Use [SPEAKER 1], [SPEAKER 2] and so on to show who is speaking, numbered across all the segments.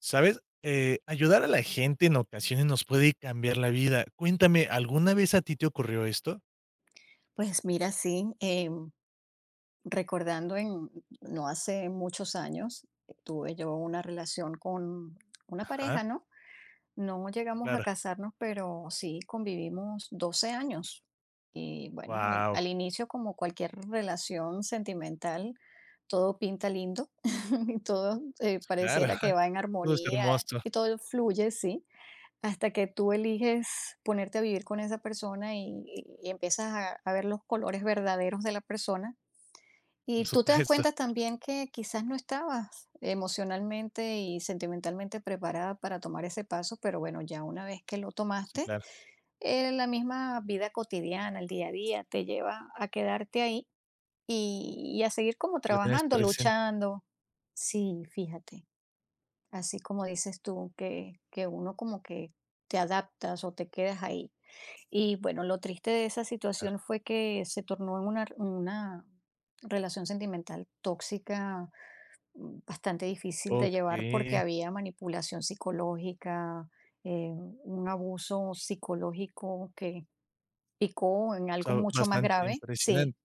[SPEAKER 1] ¿Sabes? Ayudar a la gente en ocasiones nos puede cambiar la vida. Cuéntame, ¿alguna vez a ti te ocurrió esto?
[SPEAKER 2] Pues mira, sí, recordando en no hace muchos años, tuve yo una relación con una
[SPEAKER 1] Ajá,
[SPEAKER 2] pareja, ¿no? No llegamos a
[SPEAKER 1] claro.
[SPEAKER 2] casarnos, pero sí convivimos 12 años. Y bueno,
[SPEAKER 1] Wow.
[SPEAKER 2] al inicio, como cualquier relación sentimental, todo pinta lindo y todo
[SPEAKER 1] Claro.
[SPEAKER 2] pareciera que va en
[SPEAKER 1] Todo es
[SPEAKER 2] armonía
[SPEAKER 1] hermoso,
[SPEAKER 2] y todo fluye, sí. Hasta que tú eliges ponerte a vivir con esa persona y empiezas a ver los colores verdaderos de la persona. Y
[SPEAKER 1] por
[SPEAKER 2] tú te das
[SPEAKER 1] supuesto.
[SPEAKER 2] cuenta también que quizás no estabas emocionalmente y sentimentalmente preparada para tomar ese paso, pero bueno, ya una vez que lo
[SPEAKER 1] Sí,
[SPEAKER 2] tomaste,
[SPEAKER 1] claro,
[SPEAKER 2] la misma vida cotidiana, el día a día, te lleva a quedarte ahí y a seguir como
[SPEAKER 1] que lo tienes
[SPEAKER 2] trabajando,
[SPEAKER 1] presente,
[SPEAKER 2] luchando. Sí, fíjate. Así como dices tú, que uno como que te adaptas o te quedas ahí. Y bueno, lo triste de esa
[SPEAKER 1] claro.
[SPEAKER 2] situación fue que se tornó en una relación sentimental tóxica, bastante difícil de llevar porque
[SPEAKER 1] Okey.
[SPEAKER 2] había manipulación psicológica, un abuso psicológico que picó en
[SPEAKER 1] O
[SPEAKER 2] algo
[SPEAKER 1] sea,
[SPEAKER 2] mucho más
[SPEAKER 1] bastante
[SPEAKER 2] grave. Sí,
[SPEAKER 1] impresionante.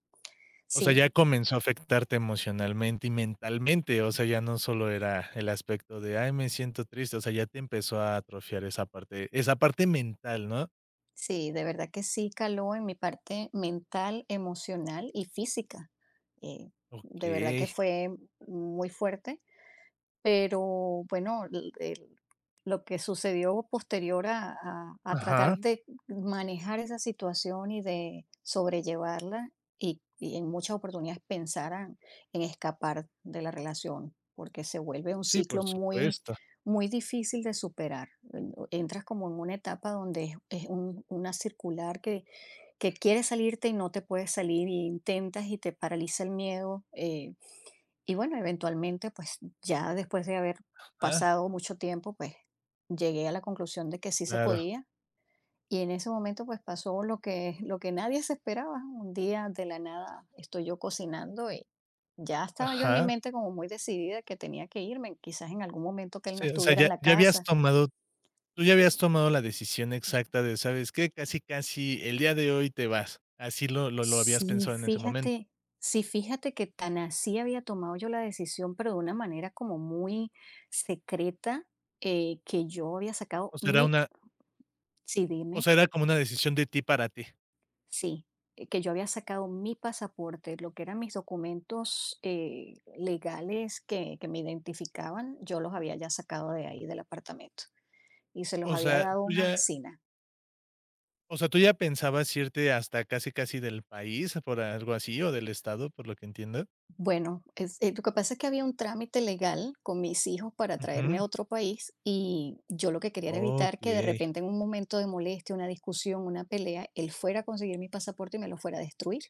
[SPEAKER 1] O sea,
[SPEAKER 2] sí.
[SPEAKER 1] ya comenzó a afectarte emocionalmente y mentalmente, o sea, ya no solo era el aspecto de: "Ay, me siento triste", o sea, ya te empezó a atrofiar esa parte mental, ¿no?
[SPEAKER 2] Sí, de verdad que sí caló en mi parte mental, emocional y física. Eh, de verdad que
[SPEAKER 1] Okey.
[SPEAKER 2] fue muy fuerte. Pero bueno, lo que sucedió posterior a
[SPEAKER 1] Ajá.
[SPEAKER 2] tratar de manejar esa situación y de sobrellevarla y en muchas oportunidades en escapar de la relación, porque se vuelve un
[SPEAKER 1] Sí, por
[SPEAKER 2] ciclo
[SPEAKER 1] supuesto.
[SPEAKER 2] muy difícil de superar. Entras como en una etapa donde es una circular que quieres salirte y no te puedes salir y intentas y te paraliza el miedo. Y bueno, eventualmente, pues ya después de haber
[SPEAKER 1] Ajá,
[SPEAKER 2] pasado mucho tiempo, pues llegué a la conclusión de que sí se
[SPEAKER 1] claro.
[SPEAKER 2] podía. Y en ese momento, pues pasó lo que nadie se esperaba. Un día de la nada estoy yo cocinando y ya estaba yo en mi
[SPEAKER 1] Ajá.
[SPEAKER 2] mente como muy decidida que tenía que irme, quizás en algún momento que él no
[SPEAKER 1] Sí, o sea,
[SPEAKER 2] estuviera
[SPEAKER 1] ya
[SPEAKER 2] en la
[SPEAKER 1] ya habías
[SPEAKER 2] casa.
[SPEAKER 1] tomado tú ya habías tomado la decisión exacta de, ¿sabes qué? Casi, casi el día de hoy te vas. ¿Así lo habías
[SPEAKER 2] Sí,
[SPEAKER 1] pensado en ese momento?
[SPEAKER 2] fíjate, sí, fíjate que tan así había tomado yo la decisión, pero de una manera como muy secreta, que yo había sacado
[SPEAKER 1] O sea, era
[SPEAKER 2] mi.
[SPEAKER 1] una
[SPEAKER 2] Sí,
[SPEAKER 1] o
[SPEAKER 2] dime.
[SPEAKER 1] sea, era como una decisión de ti para ti.
[SPEAKER 2] Sí, que yo había sacado mi pasaporte, lo que eran mis documentos, legales que me identificaban, yo los había ya sacado de ahí, del apartamento, y se los
[SPEAKER 1] O
[SPEAKER 2] había
[SPEAKER 1] sea,
[SPEAKER 2] dado a
[SPEAKER 1] tú
[SPEAKER 2] una
[SPEAKER 1] ya
[SPEAKER 2] vecina.
[SPEAKER 1] o sea, ¿tú ya pensabas irte hasta casi, casi del país, por algo así, o del estado, por lo que entiendo?
[SPEAKER 2] Bueno, lo que pasa es que había un trámite legal con mis hijos para traerme
[SPEAKER 1] Ujú.
[SPEAKER 2] a otro país y yo lo que quería era evitar que de
[SPEAKER 1] Okey.
[SPEAKER 2] repente en un momento de molestia, una discusión, una pelea, él fuera a conseguir mi pasaporte y me lo fuera a destruir,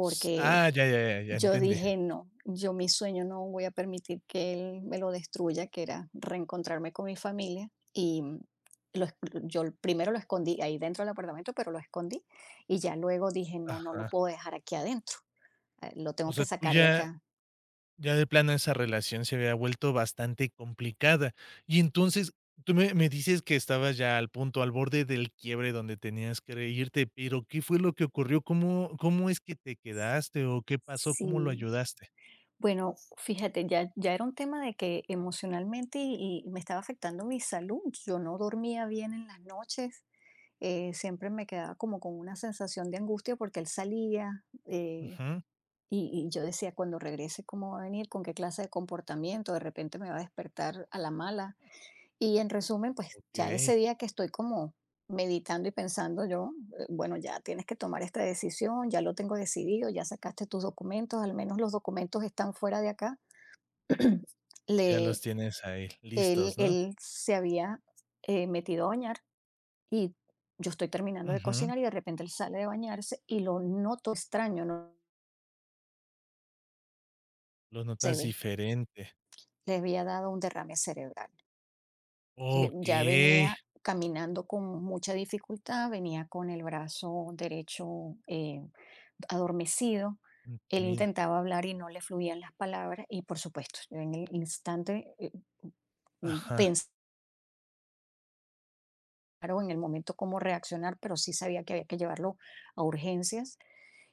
[SPEAKER 1] S Ah, ya, ya, ya, ya
[SPEAKER 2] yo
[SPEAKER 1] entendí.
[SPEAKER 2] dije: "No, yo mi sueño no voy a permitir que él me lo destruya", que era reencontrarme con mi familia, y, lo esc yo primero lo escondí ahí dentro del apartamento, pero lo escondí, y ya luego dije: "No, no lo
[SPEAKER 1] Ajá.
[SPEAKER 2] puedo dejar aquí adentro, lo
[SPEAKER 1] O
[SPEAKER 2] tengo que
[SPEAKER 1] sea, tú
[SPEAKER 2] sacar de
[SPEAKER 1] ya
[SPEAKER 2] acá".
[SPEAKER 1] Ya de plano esa relación se había vuelto bastante complicada. Y entonces, tú me dices que estabas ya al punto, al borde del quiebre donde tenías que irte, pero, ¿qué fue lo que ocurrió? ¿Cómo es que te quedaste o qué pasó? ¿Cómo lo
[SPEAKER 2] Sí,
[SPEAKER 1] ayudaste?
[SPEAKER 2] bueno, fíjate, ya era un tema de que emocionalmente y me estaba afectando mi salud, yo no dormía bien en las noches, siempre me quedaba como con una sensación de angustia porque él salía,
[SPEAKER 1] Ujú,
[SPEAKER 2] y yo decía, cuando regrese, ¿cómo va a venir? ¿Con qué clase de comportamiento? De repente me va a despertar a la mala. Y en resumen, pues ya ese
[SPEAKER 1] okey,
[SPEAKER 2] día que estoy como meditando y pensando yo, bueno, ya tienes que tomar esta decisión, ya lo tengo decidido, ya sacaste tus documentos, al menos los documentos están fuera de acá.
[SPEAKER 1] ya los
[SPEAKER 2] Le,
[SPEAKER 1] tienes ahí listos, ¿no?
[SPEAKER 2] él se había metido a bañar y yo estoy terminando de
[SPEAKER 1] Ujú,
[SPEAKER 2] cocinar y de repente él sale de bañarse y lo noto extraño, no
[SPEAKER 1] los
[SPEAKER 2] se
[SPEAKER 1] notas
[SPEAKER 2] ve.
[SPEAKER 1] diferente.
[SPEAKER 2] Le había dado un derrame cerebral. Ya
[SPEAKER 1] Okey,
[SPEAKER 2] venía caminando con mucha dificultad, venía con el brazo derecho, adormecido. Él
[SPEAKER 1] entendido.
[SPEAKER 2] intentaba hablar y no le fluían las palabras y por supuesto, yo en el instante
[SPEAKER 1] Ajá,
[SPEAKER 2] pensar o en el momento cómo reaccionar, pero sí sabía que había que llevarlo a urgencias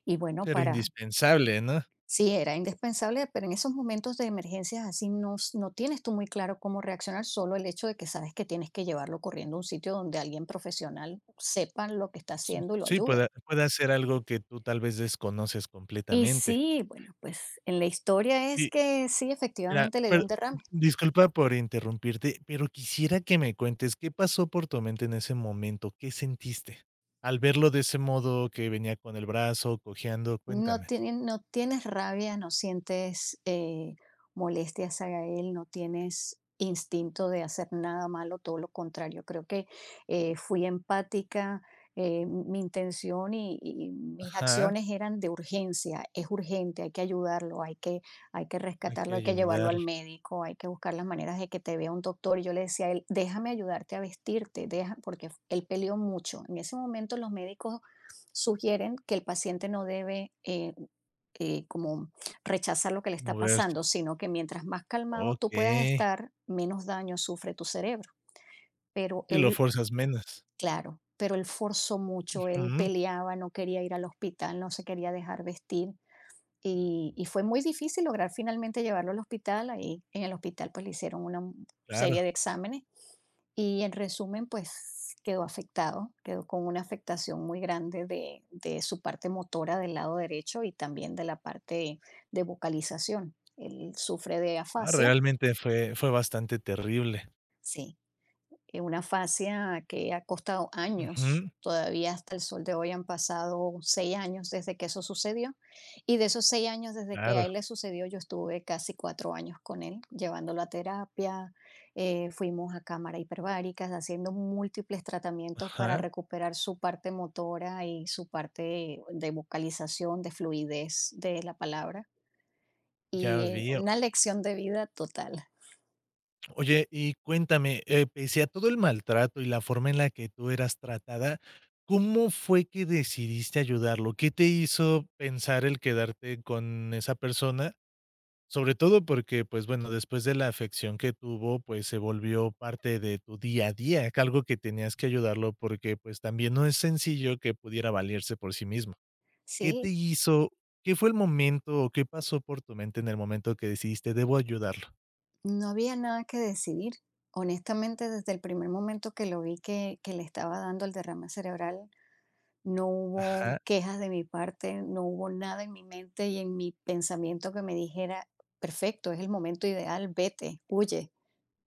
[SPEAKER 2] y bueno,
[SPEAKER 1] pero
[SPEAKER 2] para.
[SPEAKER 1] indispensable, ¿no?
[SPEAKER 2] Sí, era indispensable, pero en esos momentos de emergencias así no, no tienes tú muy claro cómo reaccionar, solo el hecho de que sabes que tienes que llevarlo corriendo a un sitio donde alguien profesional sepa lo que está
[SPEAKER 1] S
[SPEAKER 2] haciendo y lo
[SPEAKER 1] sí, puede
[SPEAKER 2] ayude.
[SPEAKER 1] puede ser algo que tú tal vez desconoces
[SPEAKER 2] Y
[SPEAKER 1] completamente.
[SPEAKER 2] sí, bueno, pues en la historia es
[SPEAKER 1] Y
[SPEAKER 2] que sí,
[SPEAKER 1] Mira,
[SPEAKER 2] efectivamente le dio
[SPEAKER 1] per
[SPEAKER 2] un derrame.
[SPEAKER 1] disculpa por interrumpirte, pero quisiera que me cuentes, ¿qué pasó por tu mente en ese momento? ¿Qué sentiste? Al verlo de ese modo que venía con el brazo cojeando,
[SPEAKER 2] No,
[SPEAKER 1] cuéntame.
[SPEAKER 2] no tienes rabia, no sientes, molestia hacia él, no tienes instinto de hacer nada malo, todo lo contrario. Creo que fui empática, mi intención y mis
[SPEAKER 1] Ajá,
[SPEAKER 2] acciones eran de urgencia, es urgente, hay que ayudarlo, hay que
[SPEAKER 1] hay que
[SPEAKER 2] rescatarlo, hay que llevarlo
[SPEAKER 1] ayudar,
[SPEAKER 2] al médico, hay que buscar las maneras de que te vea un doctor. Y yo le decía a él, déjame ayudarte a vestirte, deja, porque él peleó mucho. En ese momento los médicos sugieren que el paciente no debe, como rechazar lo que le está
[SPEAKER 1] moverse.
[SPEAKER 2] pasando, sino que mientras más calmado tú puedas
[SPEAKER 1] Okey,
[SPEAKER 2] estar, menos daño sufre tu cerebro. Pero
[SPEAKER 1] y lo
[SPEAKER 2] él,
[SPEAKER 1] fuerzas menos.
[SPEAKER 2] claro, pero él forzó mucho, él
[SPEAKER 1] Ujú,
[SPEAKER 2] peleaba, no quería ir al hospital, no se quería dejar vestir. Y fue muy difícil lograr finalmente llevarlo al hospital. Ahí en el hospital pues le hicieron una
[SPEAKER 1] claro.
[SPEAKER 2] serie de exámenes y en resumen, pues quedó afectado, quedó con una afectación muy grande de su parte motora del lado derecho y también de la parte de vocalización. Él sufre de
[SPEAKER 1] Ah,
[SPEAKER 2] afasia,
[SPEAKER 1] realmente fue bastante terrible.
[SPEAKER 2] sí, una fascia que ha costado años.
[SPEAKER 1] Ujú,
[SPEAKER 2] Todavía hasta el sol de hoy han pasado 6 años desde que eso sucedió. Y de esos 6 años desde que
[SPEAKER 1] claro.
[SPEAKER 2] a él le sucedió, yo estuve casi 4 años con él, llevándolo a terapia, fuimos a cámara hiperbáricas, haciendo múltiples tratamientos para
[SPEAKER 1] Ajá,
[SPEAKER 2] recuperar su parte motora y su parte de vocalización, de fluidez de la palabra. Y
[SPEAKER 1] ya veo.
[SPEAKER 2] una lección de vida total.
[SPEAKER 1] Oye, y cuéntame, pese a todo el maltrato y la forma en la que tú eras tratada, ¿cómo fue que decidiste ayudarlo? ¿Qué te hizo pensar el quedarte con esa persona? Sobre todo porque, pues bueno, después de la afección que tuvo, pues se volvió parte de tu día a día, que algo que tenías que ayudarlo porque pues también no es sencillo que pudiera valerse por sí mismo. ¿Qué te
[SPEAKER 2] Sí,
[SPEAKER 1] hizo? ¿Qué fue el momento o qué pasó por tu mente en el momento que decidiste, debo ayudarlo?
[SPEAKER 2] no había nada que decidir. Honestamente, desde el primer momento que lo vi que le estaba dando el derrame cerebral, no hubo
[SPEAKER 1] Ajá,
[SPEAKER 2] quejas de mi parte, no hubo nada en mi mente y en mi pensamiento que me dijera, perfecto, es el momento ideal, vete, huye,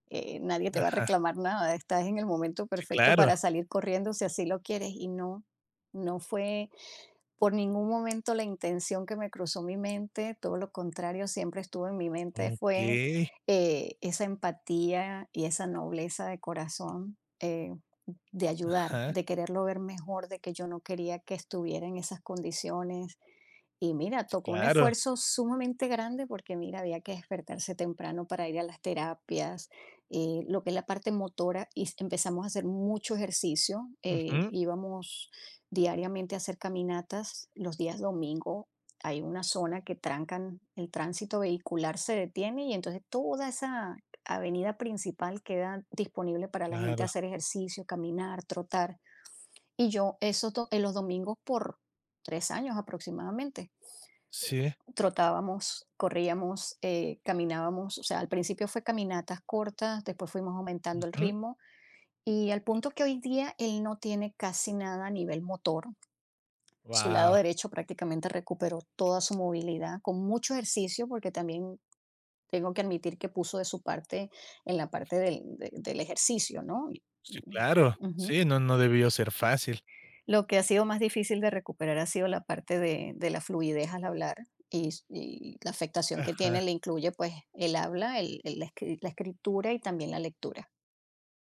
[SPEAKER 2] nadie te va a
[SPEAKER 1] ajá,
[SPEAKER 2] reclamar nada, estás en el momento
[SPEAKER 1] sí,
[SPEAKER 2] perfecto
[SPEAKER 1] claro.
[SPEAKER 2] para salir corriendo si así lo quieres y no, no fue por ningún momento la intención que me cruzó mi mente, todo lo contrario, siempre estuvo en mi mente, fue
[SPEAKER 1] Okey,
[SPEAKER 2] esa empatía y esa nobleza de corazón. De ayudar,
[SPEAKER 1] ajá,
[SPEAKER 2] de quererlo ver mejor, de que yo no quería que estuviera en esas condiciones, y mira,
[SPEAKER 1] sí,
[SPEAKER 2] tocó un
[SPEAKER 1] claro,
[SPEAKER 2] esfuerzo sumamente grande porque mira, había que despertarse temprano para ir a las terapias, lo que es la parte motora, empezamos a hacer mucho ejercicio,
[SPEAKER 1] ujú,
[SPEAKER 2] íbamos diariamente a hacer caminatas, los días domingo hay una zona que trancan, el tránsito vehicular se detiene y entonces toda esa avenida principal queda disponible para la gente
[SPEAKER 1] claro,
[SPEAKER 2] hacer ejercicio, caminar, trotar. Y yo eso en los domingos por 3 años aproximadamente
[SPEAKER 1] sí,
[SPEAKER 2] trotábamos, corríamos, caminábamos, o sea, al principio fue caminatas cortas, después fuimos aumentando el
[SPEAKER 1] ujú,
[SPEAKER 2] ritmo y al punto que hoy día él no tiene casi nada a nivel motor. Su lado
[SPEAKER 1] guau,
[SPEAKER 2] derecho prácticamente recuperó toda su movilidad con mucho ejercicio porque también tengo que admitir que puso de su parte en la parte del ejercicio, ¿no?
[SPEAKER 1] sí, claro,
[SPEAKER 2] Ujú.
[SPEAKER 1] sí, no, no debió ser fácil,
[SPEAKER 2] Lo que ha sido más difícil de recuperar ha sido la parte de la fluidez al hablar y la afectación que
[SPEAKER 1] ajá,
[SPEAKER 2] tiene le incluye, pues, el habla, el la escritura y también la lectura.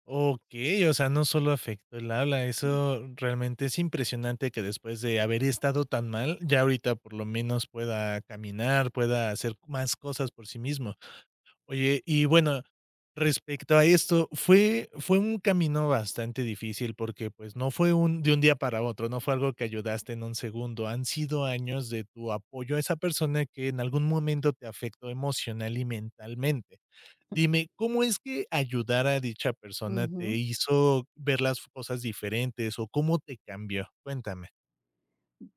[SPEAKER 1] okey, o sea, no solo afectó el habla,
[SPEAKER 2] Mm,
[SPEAKER 1] eso realmente es impresionante que después de haber estado tan mal, ya ahorita por lo menos pueda caminar, pueda hacer más cosas por sí mismo. Oye, y bueno, respecto a esto, fue un camino bastante difícil porque, pues, no fue un de un día para otro, no fue algo que ayudaste en un segundo, han sido años de tu apoyo a esa persona que en algún momento te afectó emocional y mentalmente. Dime, ¿cómo es que ayudar a dicha persona te
[SPEAKER 2] ujú.
[SPEAKER 1] hizo ver las cosas diferentes o cómo te cambió? Cuéntame.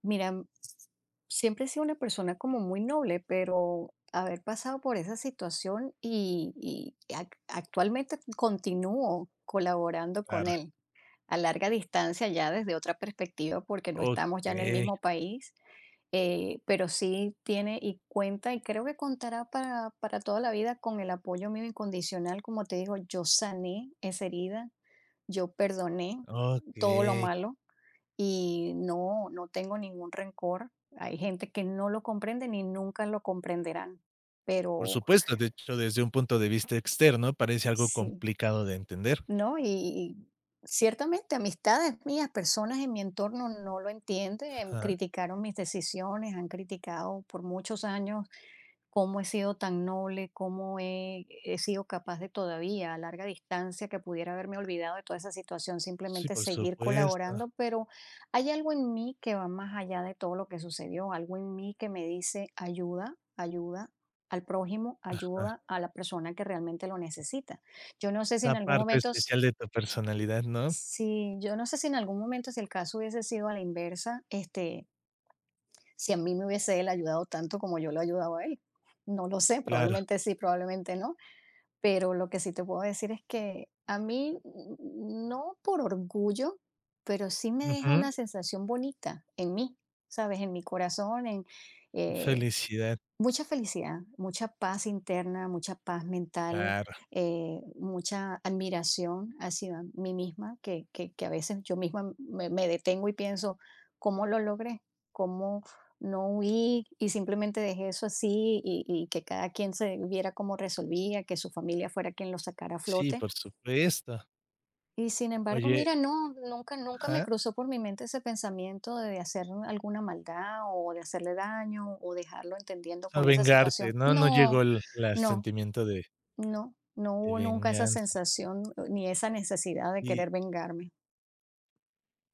[SPEAKER 2] Mira, siempre he sido una persona como muy noble, pero haber pasado por esa situación y ac actualmente continúo colaborando con
[SPEAKER 1] Claro.
[SPEAKER 2] él. A larga distancia ya desde otra perspectiva porque no estamos ya en el
[SPEAKER 1] Okey,
[SPEAKER 2] mismo país, pero sí tiene y cuenta y creo que contará para toda la vida con el apoyo mío incondicional. Como te digo, yo sané esa herida, yo perdoné todo lo
[SPEAKER 1] okey.
[SPEAKER 2] malo y no, no tengo ningún rencor. Hay gente que no lo comprende ni nunca lo comprenderán,
[SPEAKER 1] Por
[SPEAKER 2] pero
[SPEAKER 1] supuesto, de hecho, desde un punto de vista externo parece algo
[SPEAKER 2] sí,
[SPEAKER 1] complicado de entender.
[SPEAKER 2] ¿no? Y ciertamente amistades mías, personas en mi entorno no lo entienden,
[SPEAKER 1] Ajá.
[SPEAKER 2] criticaron mis decisiones, han criticado por muchos años cómo he sido tan noble, cómo he sido capaz de todavía a larga distancia que pudiera haberme olvidado de toda esa situación,
[SPEAKER 1] Sí,
[SPEAKER 2] simplemente
[SPEAKER 1] por
[SPEAKER 2] seguir
[SPEAKER 1] supuesto.
[SPEAKER 2] colaborando, pero hay algo en mí que va más allá de todo lo que sucedió, algo en mí que me dice ayuda, ayuda al prójimo,
[SPEAKER 1] Ajá.
[SPEAKER 2] ayuda a la persona que realmente lo necesita. Yo no sé si
[SPEAKER 1] Esa
[SPEAKER 2] en algún
[SPEAKER 1] parte
[SPEAKER 2] momento.
[SPEAKER 1] especial de tu personalidad, ¿no?
[SPEAKER 2] Sí, yo no sé si en algún momento, si el caso hubiese sido a la inversa, este, si a mí me hubiese él ayudado tanto como yo lo ayudaba a él. No lo sé,
[SPEAKER 1] Claro.
[SPEAKER 2] probablemente sí, probablemente no, pero lo que sí te puedo decir es que a mí, no por orgullo, pero sí me deja
[SPEAKER 1] Ujú.
[SPEAKER 2] una sensación bonita en mí, ¿sabes? En mi corazón, en, eh,
[SPEAKER 1] Felicidad.
[SPEAKER 2] mucha felicidad, mucha paz interna, mucha paz mental,
[SPEAKER 1] Claro.
[SPEAKER 2] mucha admiración hacia mí misma, que a veces yo misma me detengo y pienso, ¿cómo lo logré? ¿Cómo no huí y simplemente dejé eso así y que cada quien se viera cómo resolvía, que su familia fuera quien lo sacara a
[SPEAKER 1] Sí,
[SPEAKER 2] flote?
[SPEAKER 1] por supuesto.
[SPEAKER 2] Y sin embargo,
[SPEAKER 1] Oye,
[SPEAKER 2] mira, nunca, nunca me
[SPEAKER 1] ajá.
[SPEAKER 2] cruzó por mi mente ese pensamiento de hacer alguna maldad o de hacerle daño o dejarlo entendiendo
[SPEAKER 1] A
[SPEAKER 2] con esa
[SPEAKER 1] vengarte,
[SPEAKER 2] situación.
[SPEAKER 1] ¿no? No llegó
[SPEAKER 2] No,
[SPEAKER 1] el la
[SPEAKER 2] no,
[SPEAKER 1] sentimiento
[SPEAKER 2] no
[SPEAKER 1] de
[SPEAKER 2] hubo nunca esa
[SPEAKER 1] venganza.
[SPEAKER 2] sensación, ni esa necesidad de
[SPEAKER 1] Y
[SPEAKER 2] querer vengarme.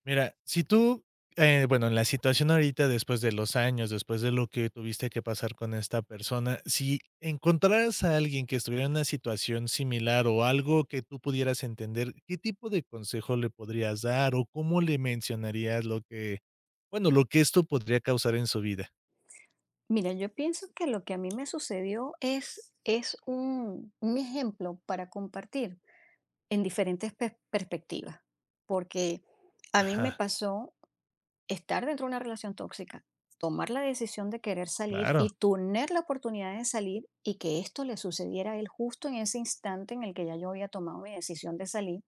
[SPEAKER 1] Mira, si tú, bueno, en la situación ahorita, después de los años, después de lo que tuviste que pasar con esta persona, si encontraras a alguien que estuviera en una situación similar o algo que tú pudieras entender, ¿qué tipo de consejo le podrías dar o cómo le mencionarías lo que, bueno, lo que esto podría causar en su vida?
[SPEAKER 2] Mira, yo pienso que lo que a mí me sucedió es un ejemplo para compartir en diferentes perspectivas, porque a mí me
[SPEAKER 1] Ajá,
[SPEAKER 2] pasó estar dentro de una relación tóxica, tomar la decisión de querer salir
[SPEAKER 1] claro,
[SPEAKER 2] y tener la oportunidad de salir y que esto le sucediera a él justo en ese instante en el que ya yo había tomado mi decisión de salir.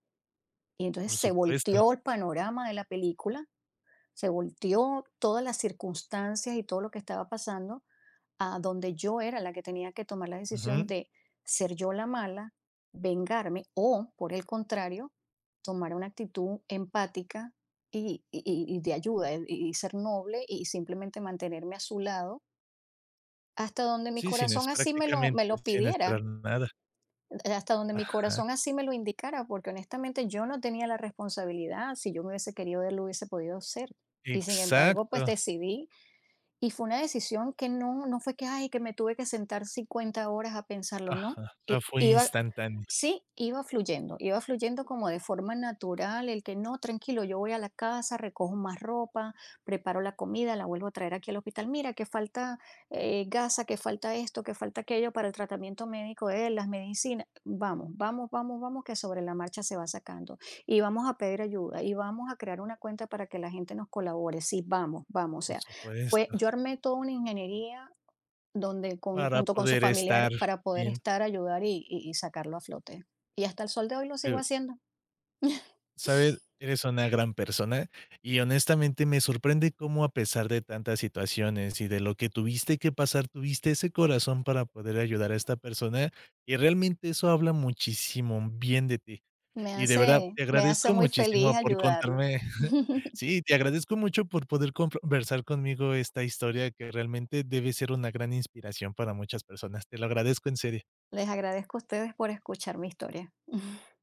[SPEAKER 2] Y entonces
[SPEAKER 1] por
[SPEAKER 2] se
[SPEAKER 1] supuesto.
[SPEAKER 2] volteó el panorama de la película, se volteó todas las circunstancias y todo lo que estaba pasando a donde yo era la que tenía que tomar la decisión
[SPEAKER 1] Ujú.
[SPEAKER 2] de ser yo la mala, vengarme o, por el contrario, tomar una actitud empática y de ayuda y ser noble y simplemente mantenerme a su lado hasta donde mi
[SPEAKER 1] Sí, sin es
[SPEAKER 2] corazón así me
[SPEAKER 1] prácticamente
[SPEAKER 2] me lo
[SPEAKER 1] sin esperar
[SPEAKER 2] pidiera,
[SPEAKER 1] nada.
[SPEAKER 2] hasta donde mi
[SPEAKER 1] Ajá,
[SPEAKER 2] corazón así me lo indicara, porque honestamente yo no tenía la responsabilidad, si yo me hubiese querido, él lo hubiese podido hacer. Y sin embargo, pues
[SPEAKER 1] exacto.
[SPEAKER 2] decidí y fue una decisión que no, no fue que, ay, que me tuve que sentar 50 horas a pensarlo, no.
[SPEAKER 1] Ajá, o sea,
[SPEAKER 2] I-
[SPEAKER 1] fue
[SPEAKER 2] iba,
[SPEAKER 1] instantáneo,
[SPEAKER 2] sí, iba fluyendo como de forma natural, el que no, tranquilo, yo voy a la casa, recojo más ropa, preparo la comida, la vuelvo a traer aquí al hospital. Mira, que falta, gasa, que falta esto, que falta aquello para el tratamiento médico de él, las medicinas. Vamos, vamos, vamos, vamos, que sobre la marcha se va sacando. Y vamos a pedir ayuda, y vamos a crear una cuenta para que la gente nos colabore. Sí, vamos, vamos. O
[SPEAKER 1] por
[SPEAKER 2] sea, fue
[SPEAKER 1] supuesto.
[SPEAKER 2] yo armé toda una ingeniería donde con
[SPEAKER 1] Para
[SPEAKER 2] junto con su
[SPEAKER 1] poder estar
[SPEAKER 2] familiar para poder
[SPEAKER 1] bien,
[SPEAKER 2] estar, ayudar y sacarlo a flote. Y hasta el sol de hoy lo sigo
[SPEAKER 1] eh,
[SPEAKER 2] haciendo.
[SPEAKER 1] ¿sabes? Eres una gran persona y honestamente me sorprende cómo a pesar de tantas situaciones y de lo que tuviste que pasar, tuviste ese corazón para poder ayudar a esta persona y realmente eso habla muchísimo bien de ti. Y de verdad, te
[SPEAKER 2] Me hace
[SPEAKER 1] agradezco
[SPEAKER 2] muy feliz
[SPEAKER 1] muchísimo por
[SPEAKER 2] ayudarlo.
[SPEAKER 1] contarme sí, te agradezco mucho por poder conversar conmigo esta historia que realmente debe ser una gran inspiración para muchas personas. Te lo agradezco en serio.
[SPEAKER 2] Les agradezco a ustedes por escuchar mi historia.